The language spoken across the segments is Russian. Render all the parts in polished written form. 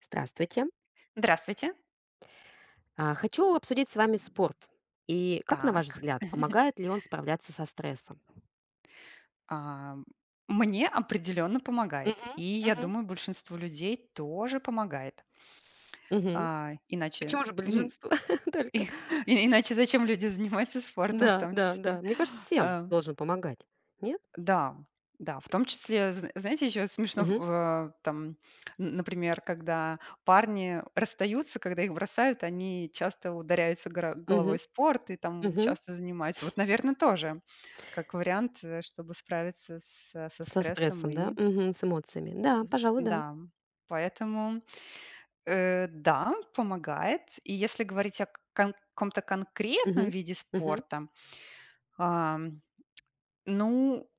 Здравствуйте. Здравствуйте. Хочу обсудить с вами спорт. И как, на ваш Так. взгляд, помогает ли он справляться со стрессом? А, мне определенно помогает. И Мгм, я мгм, думаю, большинству людей тоже помогает. мгм. Иначе, Почему же м, большинство только? и- иначе зачем люди занимаются спортом в Да, том да, числе? да. Мне кажется, всем А. должен помогать. Нет? Да, да, в том числе, зн знаете, еще смешно, Мгм, н например, когда парни расстаются, когда их бросают, они часто ударяются горо головой мгм, в спорт и там мгм. часто занимаются. Вот, наверное, тоже как вариант, чтобы справиться со Со стрессом стрессом, да? и Мгм. С эмоциями. Да, пожалуй, да. да, поэтому, да, помогает. И если говорить о кон каком-то конкретном Мгм, виде мгм. спорта, ам, ну,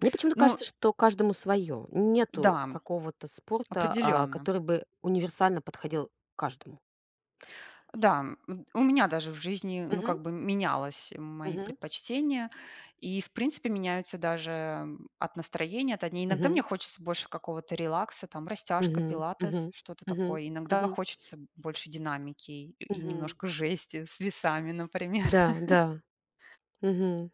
Мне почему-то ну кажется, что каждому свое. Нету да, какого-то спорта, определенно. который бы универсально подходил каждому. Да, у меня даже в жизни, ну, Мгм, как бы менялось мои мгм, предпочтения. И, в принципе, меняются даже, от настроения, от одни. Иногда мне мгм. хочется больше какого-то релакса, там растяжка, Мгм, мгм, пилатес, что-то мгм, такое. Иногда мгм, хочется больше динамики и мгм. немножко жести с весами, например. Да, да, мгм.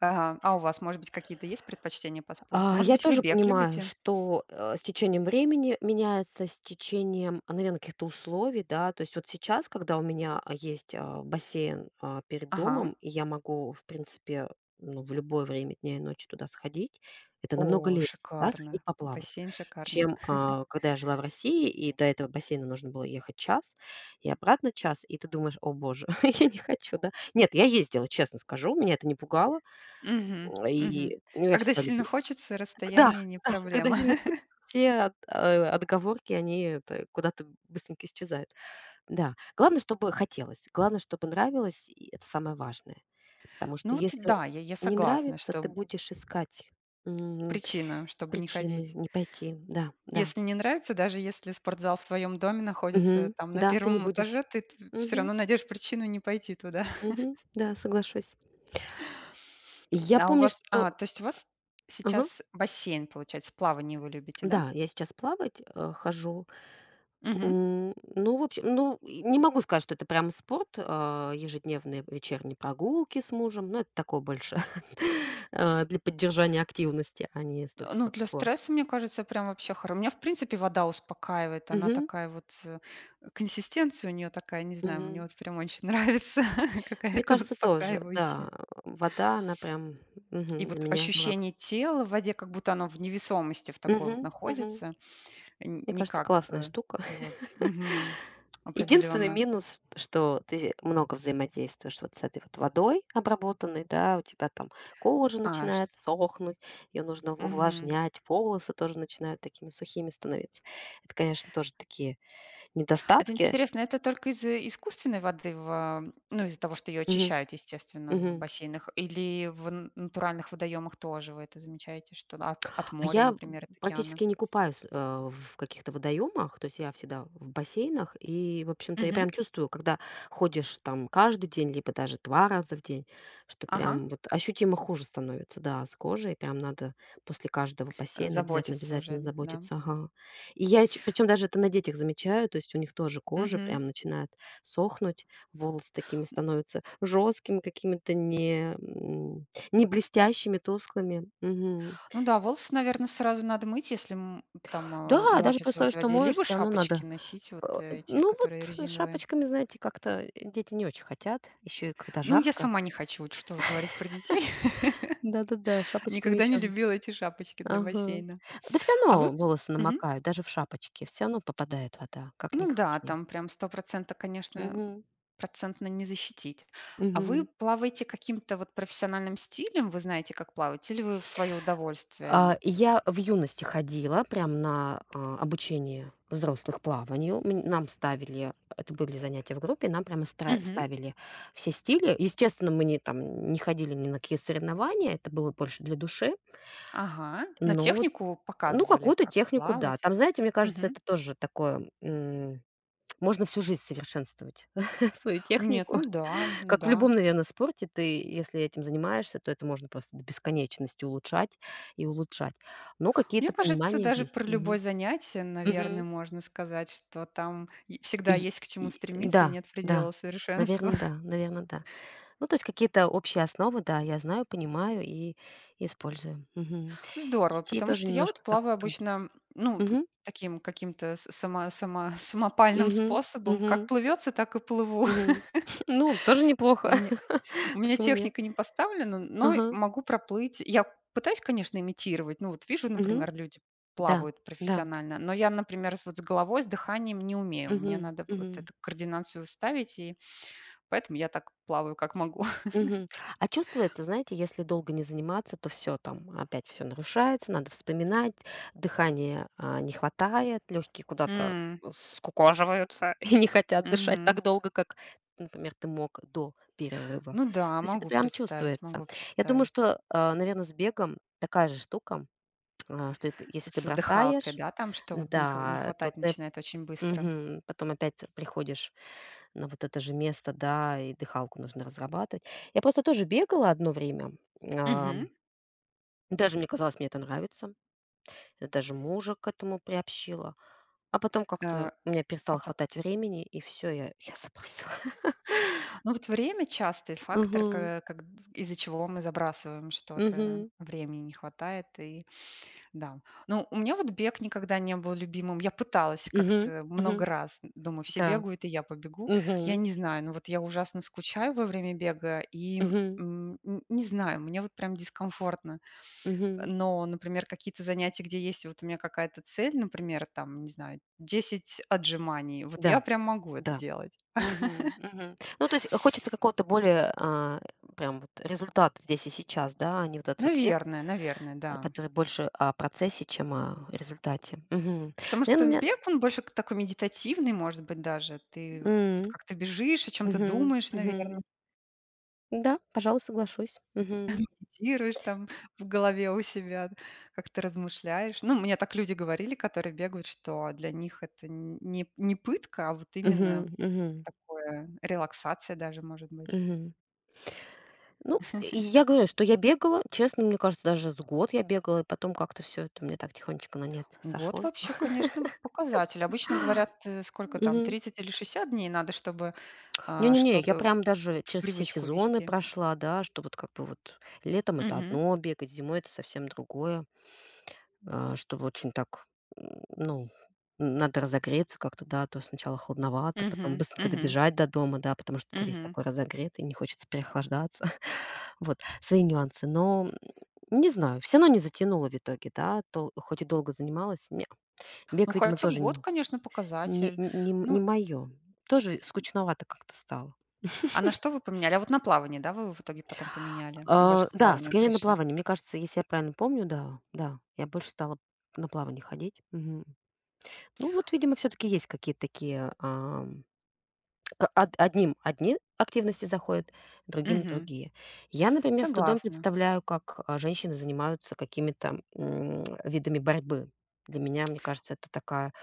Ага. А у вас, может быть, какие-то есть предпочтения по спорту? Может Я быть, вы тоже бег понимаю, любите? что, с течением времени меняется, с течением, наверно, каких-то условий, да. То есть вот сейчас, когда у меня, есть, бассейн, перед Ага. домом, и я могу, в принципе, ну, в любое время дня и ночи туда сходить, это намного О, легче, да, шикарно. сходить поплавать, Бассейн шикарно. чем, когда я жила в России, и до этого бассейна нужно было ехать час и обратно час, и ты думаешь: "О боже, я не хочу, да". Нет, я ездила, честно скажу, меня это не пугало, Мгм, мгм. и, ну, я Когда всегда сильно любила. хочется, Да, расстояние не да, когда проблема. сильно хочется, все отговорки, они это куда-то быстренько исчезают. Да, главное, чтобы хотелось, главное, чтобы нравилось, и это самое важное. Потому что Ну вот и если да, я не согласна, нравится, ты что будешь искать, м, причина, чтобы не причины ходить. не пойти. Да, да. Если не нравится, даже если спортзал в твоем доме находится Мгм. там на Да, ты не первом этаже, будешь. ты все Мгм, равно найдешь причину не пойти туда. мгм. Да, соглашусь. Я А у помню, вас, что а, то есть у вас Ага. сейчас бассейн, получается, плавание вы любите, да? Да, я сейчас плавать, хожу. Мгм. Ну, в общем, ну, и не могу сказать, что это прям спорт. Ежедневные вечерние прогулки с мужем. Ну, это такое больше для поддержания активности, а не столько Ну, как для спорт. стресса, мне кажется, прям вообще хоро. Меня, в принципе, вода успокаивает. Она Мгм, такая вот, консистенция у нее такая, не знаю, мне мгм. вот прям очень нравится, Мне какая-то кажется, тоже, успокаивающая. да. Вода, она прям, И для вот меня ощущение релакс. тела в воде, как будто оно в невесомости в такой вот Мгм, мгм. находится, н Мне не кажется, классная э, штука. вот. Мгм. Единственный Определенно. минус, что ты много взаимодействуешь вот с этой вот водой обработанной, да, у тебя там кожа А, ш начинает сохнуть, ее нужно мгм. увлажнять, волосы тоже начинают такими сухими становиться. Это, конечно, тоже такие Это недостатки. интересно, это только из искусственной воды ну, из-за того, что ее Мгм. очищают, естественно, в Мгм. бассейнах, или в н натуральных водоемах тоже вы это замечаете, что да, от А моря, я например, от океана? практически не купаюсь, в каких-то водоемах, то есть я всегда в бассейнах. И, в общем-то, я Мгм. прям чувствую, когда ходишь там каждый день, либо даже 2 раза в день, что Ага. прям вот ощутимо хуже становится, да, с кожей. Прям надо после каждого Э, бассейна Уже, обязательно-обязательно да. заботиться. Ага. И я причем даже это на детях замечаю, то есть у них тоже кожа Мгм. прям начинает сохнуть, волосы такими становятся жесткими, какими-то не блестящими, тусклыми. Мгм. Ну да, волосы, наверное, сразу надо мыть, если Да, даже при мочится в условии, этой что воде. моешь, Либо всё равно шапочки надо. носить, Э, эти, ну вот которые резиновые. шапочками, знаете, как-то дети не очень хотят, еще и когда Ну, я жарко. сама не хочу, вот что же говорить про детей. Да-да-да, шапочками Никогда еще не любила эти шапочки для Ага. бассейна. Да всё А вы... равно п- волосы Мгм. намокают, даже в шапочке, всё равно попадает вода, как ни Ну да, крути. там прям сто процентов, конечно, Мгм. процентно не защитить. А вы Мгм. плаваете каким-то вот профессиональным стилем? Вы знаете, как плавать? Или вы в свое удовольствие? Я в юности ходила прям на обучение взрослых плаванию. Мн нам ставили это были занятия в группе, нам прямо стра Мгм. ставили все стили. Естественно, мы не ходили ни на какие соревнования, это было больше для души. Ага. Но Но вот, технику ну, показывали, какую-то как технику, да. плавать. Там, знаете, мне кажется, Мгм. это тоже такое, можно всю жизнь совершенствовать свою Нет, технику. ну да, ну Как в да. любом, наверное, спорте, ты, если этим занимаешься, то это можно просто до бесконечности улучшать и улучшать. Но Мне какие-то кажется, понимания даже есть. про любое Мгм. занятие, наверное, Мгм. можно сказать, что там и всегда И есть к чему и стремиться и да, нет да, предела совершенства. наверное, да, наверное, да. Ну, то есть какие-то общие основы, да, я знаю, понимаю и использую. Мгм. Здорово, Детей потому тоже что я вот немножко так плаваю к этому обычно, Мгм. таким каким-то самопальным Мгм. способом. Мгм. Как плывется, так и плыву. Мгм. Ну, тоже неплохо. У меня, у меня Почему нет? техника не поставлена, но Ага. могу проплыть. Я пытаюсь, конечно, имитировать. Ну, вот вижу, Мгм. например, люди Да, плавают да. профессионально, но я, например, вот с головой, с дыханием не умею. Мне Мгм, надо вот мгм, эту координацию ставить и. Поэтому я так плаваю, как могу. мгм. А чувствуется, знаете, если долго не заниматься, то все там, опять все нарушается, надо вспоминать, дыхания, не хватает, легкие куда-то М, скукоживаются и не хотят дышать мгм. так долго, как, например, ты мог до перерыва. Ну да, То есть это могу прям представить, чувствуется. могу Я думаю, представить. что, наверное, с бегом такая же штука, что это если ты С дыхалкой, бросаешь, да, там, что вот не да, то хватать ты начинает очень быстро. Мгм. Потом опять приходишь на вот это же место, да, и дыхалку нужно разрабатывать. Я просто тоже бегала одно время. а, Мгм. Даже мне казалось, мне это нравится. Я даже мужа к этому приобщила. А потом как-то Э, у меня а перестало пот хватать времени, и все, я забросила. ну, вот время — частый фактор, Мгм. ка как из-за чего мы забрасываем что-то. Мгм. Времени не хватает и. Да. Ну, у меня вот бег никогда не был любимым. Я пыталась Мгм. как-то Мгм. много раз. Думаю, все Да. бегают, и я побегу. Я Мгм. не знаю, ну вот я ужасно скучаю во время бега, и Мгм. Не знаю, мне вот прям дискомфортно. Мгм. Но, например, какие-то занятия, где есть вот у меня какая-то цель, например, там, не знаю, 10 отжиманий, вот я Да, прям могу это да. делать. Мгм. Мгм. Ну, то есть хочется какого-то более прям вот результат здесь и сейчас, да, а не вот этот вот бег. Наверное, наверное, да. Который больше о процессе, чем о результате. Мгм. Потому Наверно, что у меня бег, он больше такой медитативный, может быть, даже. Ты вот М. как-то бежишь, о чем-то Мгм. думаешь, наверное. Мгм. Да, пожалуй, соглашусь. Мгм. Медитируешь там в голове у себя, как ты размышляешь. Ну, мне так люди говорили, которые бегают, что для них это не пытка, а вот именно Мгм. Мгм. такое релаксация даже может быть. Мгм. Ну, и я говорю, что я бегала. Честно, мне кажется, даже с год я бегала, и потом как-то все это мне так тихонечко на нет Год сошло. вообще, конечно, показатель. Обычно говорят, сколько там, Мгм. 30 или 60 дней надо, чтобы Не-не-не, я что-то прям даже в через все привычку сезоны ввести. прошла, да, что вот как бы вот летом- это Мгм. одно бегать, зимой- это совсем другое. Чтобы очень так, ну, надо разогреться как-то, да, то сначала холодновато, потом Мгм. быстренько Мгм. добежать до дома, да, потому что ты весь Мгм. такой разогретый, не хочется переохлаждаться. Вот, свои нюансы. Но, не знаю, все, равно не затянуло в итоге, да, дол хоть и долго занималась. Не, Ну, бег, видимо, хотя тоже год, н конечно, не показатель. не не Ну, моё. Тоже скучновато как-то стало. а на что вы поменяли? А вот на плавание, да, вы в итоге потом поменяли? И больше к Да, плаванию скорее на пришли? плавание. Мне кажется, если я правильно помню, да, да, я больше стала на плавание ходить. Мгм. Ну вот, видимо, все таки есть какие-то такие, к од одним одни активности заходят, другим Мгм. другие. Я, например, с трудом Согласна. представляю, как, женщины занимаются какими-то, видами борьбы. Для меня, мне кажется, это такая,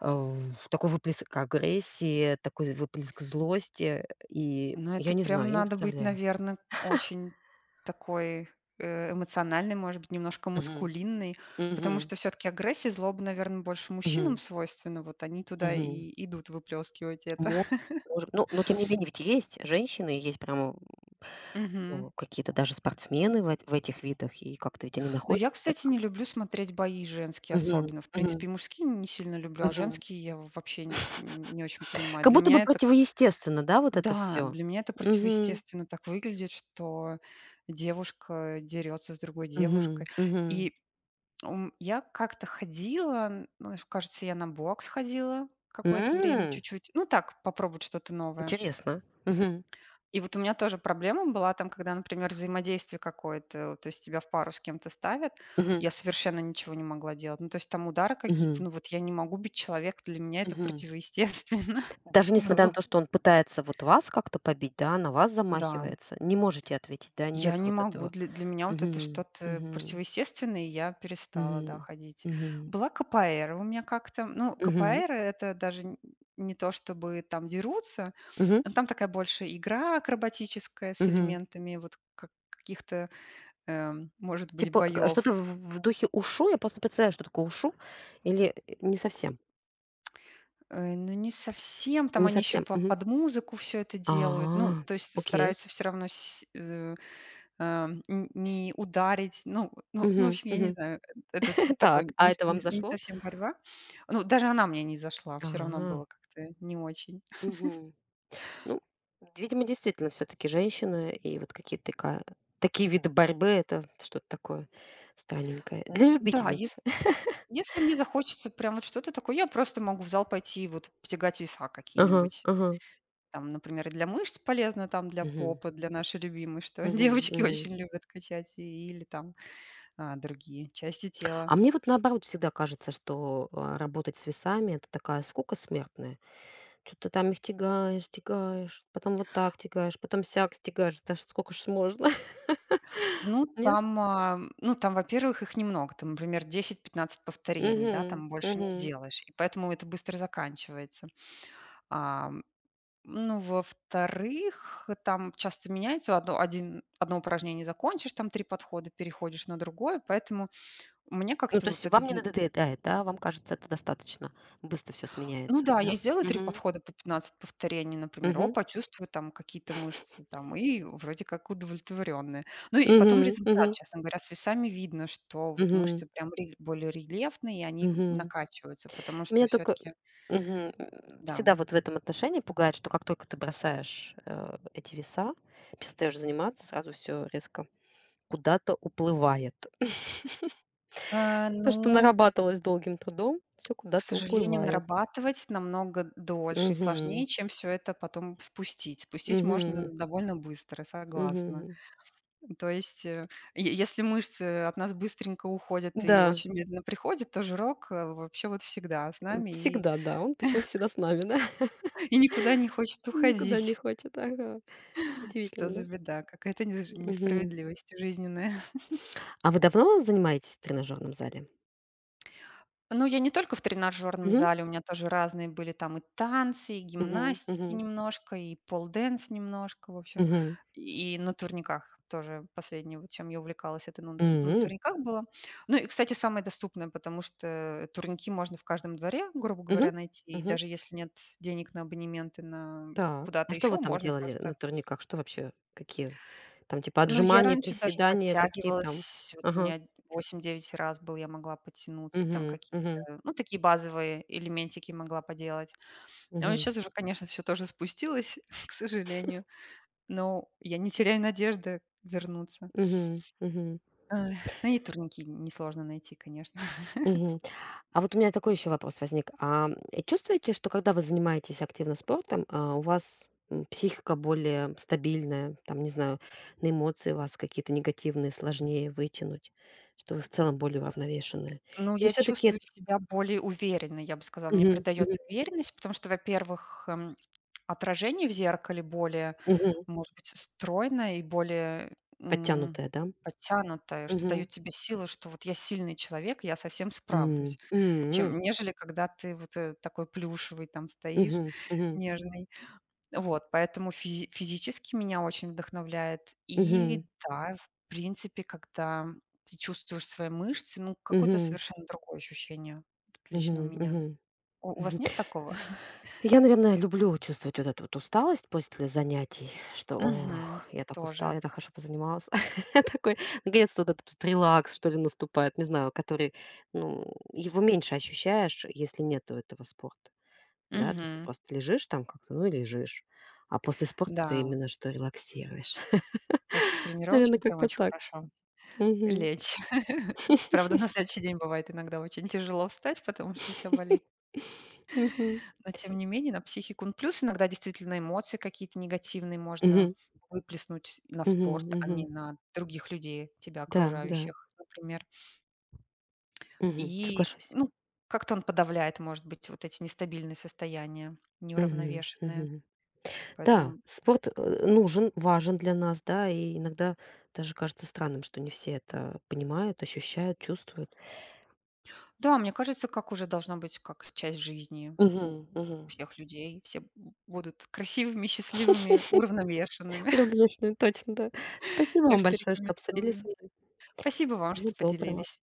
э, такой выплеск агрессии, такой выплеск злости. И Но я это не знаю, прям я не надо быть, представляю. наверное, очень такой, эмоциональной, может быть, немножко Мгм. маскулинной, потому Мгм. что все таки агрессия, злоба, наверное, больше мужчинам Мгм. свойственна. Вот они туда Мгм. и идут выплескивать это. Мо может, ну, но тем не менее ведь есть женщины, есть прямо Мгм. Ну, какие-то даже спортсмены в эт в этих видах, и как-то ведь они Но находят я, себя кстати, там. не люблю смотреть бои женские Мгм, особенно. В мгм, принципе, и мужские не сильно люблю, а мгм. женские я вообще н не очень понимаю. Как Для будто бы меня это как. противоестественно, да, вот это Да, все для меня это Мгм, противоестественно так выглядит, что девушка дерется с другой девушкой. мгм, мгм. И ум я как-то ходила, н ну, кажется, я на бокс ходила какое-то время М, чуть-чуть. Ну так, попробовать что-то новое. Интересно. Мгм, И вот у меня тоже проблема была там, когда, например, взаимодействие какое-то, вот, то есть тебя в пару с кем-то ставят, мгм, я совершенно ничего не могла делать. Ну, то есть там удары какие-то, мгм, ну вот я не могу бить человека, для меня это мгм. противоестественно Даже несмотря на было. то, что он пытается вот вас как-то побить, да, на вас Да. замахивается, не можете ответить, да, нет Я не вот могу. этого. Для меня вот это Мгм, что-то мгм, противоестественное, и я перестала, да, мгм, ходить. мгм, Была КПР у меня как-то. Ну, мгм, КПР — это даже не то, чтобы там дерутся, мгм, но там такая больше игра акробатическая с мгм. элементами вот каких-то, может быть, Типа, боев. что-то в духе "ушу". Я просто представляю, что такое "ушу" или, не совсем, Ну, не совсем. Там не они еще совсем. Мгм. под музыку все это делают. Ну, А, то есть окей. стараются все равно. Ам, н С не ударить. Ну, в Мгм, общем, я не мгм. знаю, это такой Так, а это вам не зашло? совсем борьба. Ну, даже она мне не зашла, все равно А, было как-то не очень. мгм. Ну, видимо, действительно, все таки женщины и вот какие-то така такие виды борьбы- это что-то такое странненькое для Да, ес любительниц. если мне захочется прям вот что-то такое, я просто могу в зал пойти и вот потягать веса Ага, какие-нибудь. ага. Там, например, и для мышц полезно, там для Мгм, попы, для нашей любимой, что мгм, девочки мгм. очень любят качать, или там, другие части тела. А мне вот наоборот всегда кажется, что, работать с весами- это такая скука смертная. Что то там их тягаешь, тягаешь, потом вот так тягаешь, потом сяк тягаешь. Да ж сколько ж можно? Ну, Нет? там, ну, там, во-первых, их немного. Там, например, десять-пятнадцать повторений, да, Мгм, там больше не мгм. сделаешь. И поэтому это быстро заканчивается. Ам, ну, во-вторых, там часто меняется. Одно упражнение закончишь, там три подхода, переходишь на другое. Поэтому мне Ну, как-то то вот есть эта вам не надоедает, да? Вам кажется, это достаточно быстро все Ну сменяется, да, я да? сделаю 3 Мгм. подхода по 15 повторений, например. О, Мгм. почувствую там какие-то мышцы там, и вроде как удовлетворенная. Ну и потом Мгм. результат, Мгм. честно говоря, с весами видно, что вот Мгм. мышцы прям рель более рельефные, и они Мгм. накачиваются, потому что Меня только все-таки, мгм, м, да. всегда вот в этом отношении пугает, что как только ты бросаешь, эти веса, перестаешь заниматься, сразу все резко куда-то уплывает. То, Ну, что нарабатывалось долгим трудом, все к куда-то сожалению, уплывает. нарабатывать намного дольше и сложнее, Мгм. чем все это потом спустить. Спустить можно Мгм. довольно быстро, согласна. Мгм. То есть, э, е если мышцы от нас быстренько уходят и Да, очень медленно приходят, то жирок, вообще вот всегда с нами и всегда, да, он почему-то всегда с нами, да? и никуда не хочет Никуда не уходить. хочет, ага. Что Удивительно, за да? беда? Какая-то Мгм. несправедливость жизненная. А вы давно занимаетесь в тренажерном зале? Ну, я не только в тренажерном Мгм. зале, у меня тоже разные были там и танцы, и Мгм. гимнастики Мгм. немножко, и полденс немножко, в общем, Мгм. и на турниках тоже последнее, вот чем я увлекалась, это на М. турниках было. Ну и, кстати, самое доступное, потому что турники можно в каждом дворе, грубо Мгм. говоря, найти, и Мгм. даже если нет денег на абонементы на Так. А куда-то что еще, вы там можно делали на просто турниках? Что вообще? Какие? Там типа ну, я отжимания, раньше даже приседания, какие там? подтягивалась. Вот у Ага. меня восемь-девять раз был, я могла подтянуться и там Угу, угу, какие-то, ну, такие базовые элементики могла поделать. Но угу, сейчас уже, конечно, все тоже спустилось, к сожалению, но я не теряю надежды вернуться. угу. Мгм. Эх, ну и турники несложно найти, конечно. Мгм. А вот у меня такой еще вопрос возник. Чувствуете, что когда вы занимаетесь активно спортом, у вас психика более стабильная, там, не знаю, на эмоции вас какие-то негативные сложнее вытянуть, что вы в целом более уравновешенные? Ну, Или я все-таки чувствую себя более уверенной, я бы сказала. Мне придает уверенность, потому что, во-первых, отражение в зеркале более, может быть, стройное и более, м, подтянутая, да? подтянутое, что Мгм. даёт тебе силы, что вот я сильный человек, я совсем всем М, справлюсь, м, м, чем нежели когда ты вот, такой плюшевый там стоишь, мгм, мгм, нежный. Вот, поэтому физически меня очень вдохновляет. мгм, И да, в принципе, когда ты чувствуешь свои мышцы, ну, какое-то мгм, совершенно другое ощущение, вот лично у мгм, меня. мгм. У вас Мгм. нет такого? Я, наверное, люблю чувствовать вот эту вот усталость после занятий, что: Мгм. "Ох, я так устала, Тоже. я так хорошо позанималась". Такой, наконец-то, вот этот релакс, что ли, наступает, не знаю, который, ну, его меньше ощущаешь, если нету этого спорта, да. То есть ты Мгм. просто лежишь там как-то, ну и лежишь, а после спорта ты Да, именно что релаксируешь. после Наверное, тренировочки прям как-то очень так. хорошо Мгм. лечь. Правда, на следующий день бывает иногда очень тяжело встать, потому что все болит. Мгм. Но тем не менее на психику. Ну, плюс иногда действительно эмоции какие-то негативные можно Мгм. выплеснуть на Мгм. спорт, а Мгм. не на других людей, тебя Да, да. окружающих, например. Мгм. И, Соглашусь. ну, как-то он подавляет, может быть, вот эти нестабильные состояния, Мгм. неуравновешенные. Мгм. Да, Поэтому, спорт, нужен, важен для нас, да, и иногда даже кажется странным, что не все это понимают, ощущают, чувствуют. да, мне кажется, как уже должна быть как часть жизни Мгм, у мгм. всех людей. Будут красивыми, счастливыми, уравновешенными. Люблю, точно, да. Спасибо Так вам что большое, что обсудили рекомендую. со мной. Спасибо вам, что Всего доброго. поделились.